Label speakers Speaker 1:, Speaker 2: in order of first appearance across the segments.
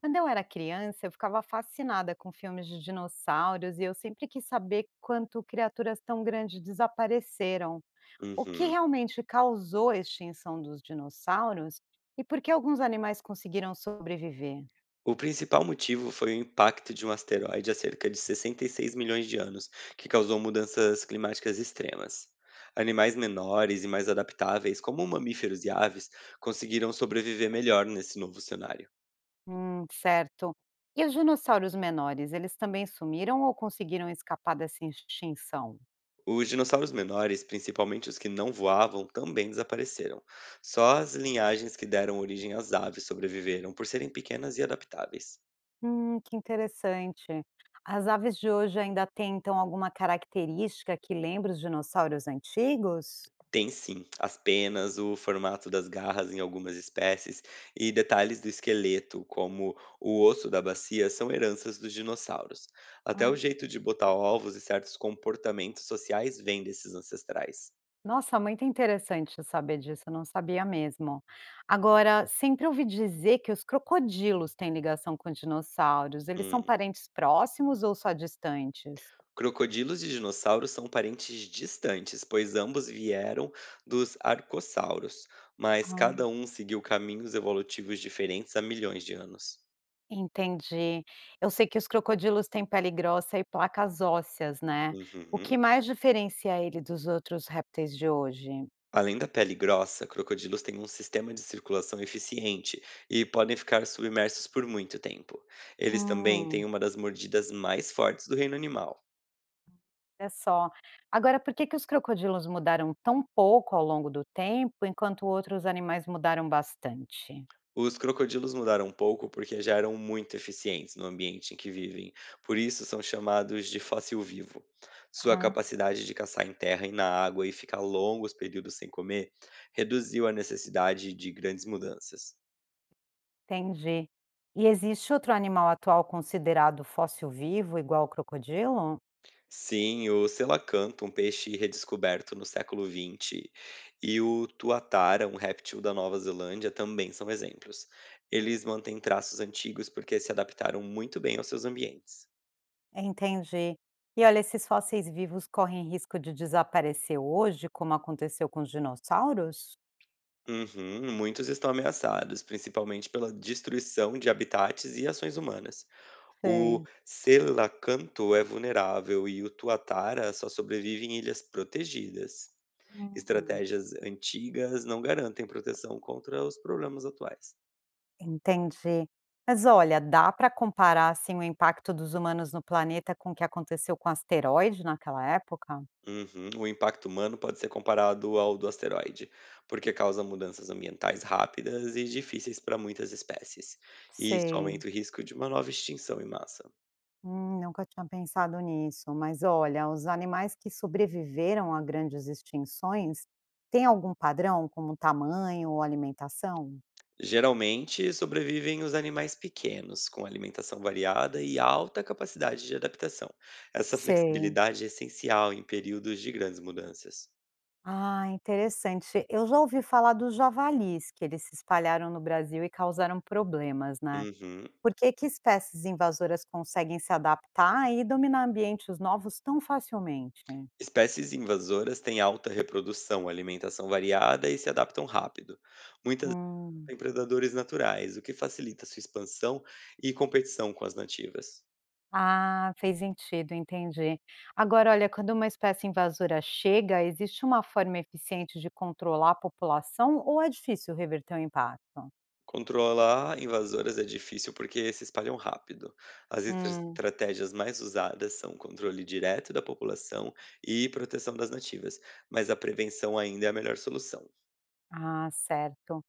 Speaker 1: Quando eu era criança, eu ficava fascinada com filmes de dinossauros e eu sempre quis saber quanto criaturas tão grandes desapareceram. O que
Speaker 2: Uhum.
Speaker 1: realmente causou a extinção dos dinossauros e por que alguns animais conseguiram sobreviver?
Speaker 2: O principal motivo foi o impacto de um asteroide há cerca de 66 milhões de anos, que causou mudanças climáticas extremas. Animais menores e mais adaptáveis, como mamíferos e aves, conseguiram sobreviver melhor nesse novo cenário.
Speaker 1: Certo. E os dinossauros menores, eles também sumiram ou conseguiram escapar dessa extinção?
Speaker 2: Os dinossauros menores, principalmente os que não voavam, também desapareceram. Só as linhagens que deram origem às aves sobreviveram por serem pequenas e adaptáveis.
Speaker 1: Que interessante. As aves de hoje ainda têm então alguma característica que lembra os dinossauros antigos?
Speaker 2: Tem sim. As penas, o formato das garras em algumas espécies e detalhes do esqueleto, como o osso da bacia, são heranças dos dinossauros. Até o jeito de botar ovos e certos comportamentos sociais vêm desses ancestrais.
Speaker 1: Nossa, muito interessante saber disso, eu não sabia mesmo. Agora, sempre ouvi dizer que os crocodilos têm ligação com dinossauros. Eles são
Speaker 2: Hum.
Speaker 1: parentes próximos ou só distantes?
Speaker 2: Crocodilos e dinossauros são parentes distantes, pois ambos vieram dos arcossauros, mas
Speaker 1: Ah,
Speaker 2: cada um seguiu caminhos evolutivos diferentes há milhões de anos.
Speaker 1: entendi. Eu sei que os crocodilos têm pele grossa e placas ósseas, né? O que
Speaker 2: Uhum.
Speaker 1: mais diferencia ele dos outros répteis de hoje?
Speaker 2: Além da pele grossa, crocodilos têm um sistema de circulação eficiente e podem ficar submersos por muito tempo. Eles também
Speaker 1: Hum,
Speaker 2: têm uma das mordidas mais fortes do reino animal.
Speaker 1: é só. Agora, por que que os crocodilos mudaram tão pouco ao longo do tempo, enquanto outros animais mudaram bastante?
Speaker 2: Os crocodilos mudaram um pouco porque já eram muito eficientes no ambiente em que vivem, por isso são chamados de fóssil vivo. Sua capacidade de caçar em terra e na água e ficar longos períodos sem comer reduziu a necessidade de grandes mudanças.
Speaker 1: Entendi. E existe outro animal atual considerado fóssil vivo, igual ao crocodilo?
Speaker 2: Sim, o selacanto, um peixe redescoberto no século XX, e o tuatara, um réptil da Nova Zelândia, também são exemplos. Eles mantêm traços antigos porque se adaptaram muito bem aos seus ambientes.
Speaker 1: Entendi. E olha, esses fósseis vivos correm risco de desaparecer hoje, como aconteceu com os dinossauros?
Speaker 2: Uhum, muitos estão ameaçados, principalmente pela destruição de habitats e ações humanas. O
Speaker 1: Sim.
Speaker 2: selacanto é vulnerável e o tuatara só sobrevive em ilhas protegidas.
Speaker 1: Hum,
Speaker 2: Estratégias antigas não garantem proteção contra os problemas atuais.
Speaker 1: entendi. Mas olha, dá para comparar assim o impacto dos humanos no planeta com o que aconteceu com o asteroide naquela época?
Speaker 2: Uhum. O impacto humano pode ser comparado ao do asteroide, porque causa mudanças ambientais rápidas e difíceis para muitas espécies, e isso
Speaker 1: Sei.
Speaker 2: aumenta o risco de uma nova extinção em massa.
Speaker 1: Nunca tinha pensado nisso, mas olha, os animais que sobreviveram a grandes extinções têm algum padrão, como tamanho ou alimentação?
Speaker 2: Geralmente, sobrevivem os animais pequenos, com alimentação variada e alta capacidade de adaptação. Essa
Speaker 1: Sei.
Speaker 2: flexibilidade é essencial em períodos de grandes mudanças.
Speaker 1: Ah, interessante. Eu já ouvi falar dos javalis, que eles se espalharam no Brasil e causaram problemas, né?
Speaker 2: Uhum.
Speaker 1: Por que que espécies invasoras conseguem se adaptar e dominar ambientes novos tão facilmente?
Speaker 2: Espécies invasoras têm alta reprodução, alimentação variada e se adaptam rápido. Muitas
Speaker 1: Hum.
Speaker 2: Tem predadores naturais, o que facilita sua expansão e competição com as nativas.
Speaker 1: Ah, fez sentido, entendi. Agora, olha, quando uma espécie invasora chega, existe uma forma eficiente de controlar a população ou é difícil reverter o impacto?
Speaker 2: Controlar invasoras é difícil porque se espalham rápido. As
Speaker 1: Hum,
Speaker 2: estratégias mais usadas são controle direto da população e proteção das nativas, mas a prevenção ainda é a melhor solução.
Speaker 1: ah, certo.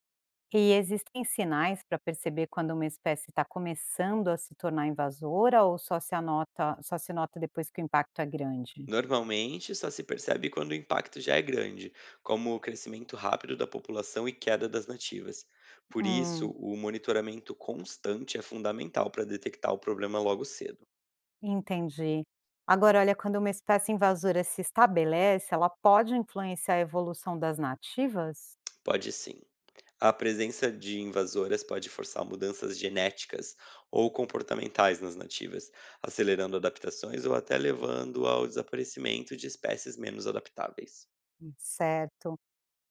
Speaker 1: E existem sinais para perceber quando uma espécie está começando a se tornar invasora ou só se nota depois que o impacto é grande?
Speaker 2: Normalmente, só se percebe quando o impacto já é grande, como o crescimento rápido da população e queda das nativas. Por isso,
Speaker 1: Hum,
Speaker 2: o monitoramento constante é fundamental para detectar o problema logo cedo.
Speaker 1: entendi. Agora, olha, quando uma espécie invasora se estabelece, ela pode influenciar a evolução das nativas?
Speaker 2: Pode sim. A presença de invasoras pode forçar mudanças genéticas ou comportamentais nas nativas, acelerando adaptações ou até levando ao desaparecimento de espécies menos adaptáveis.
Speaker 1: Certo.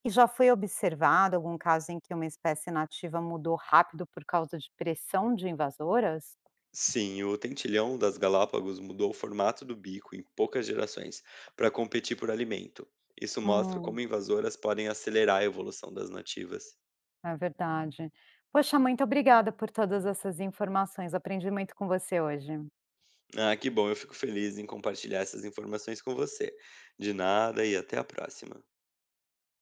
Speaker 1: E já foi observado algum caso em que uma espécie nativa mudou rápido por causa de pressão de invasoras?
Speaker 2: Sim, o tentilhão das Galápagos mudou o formato do bico em poucas gerações para competir por alimento. Isso mostra
Speaker 1: Hum,
Speaker 2: como invasoras podem acelerar a evolução das nativas.
Speaker 1: é verdade. Poxa, muito obrigada por todas essas informações. Aprendi muito com você hoje.
Speaker 2: Ah, que bom, eu fico feliz em compartilhar essas informações com você. De nada e até a próxima.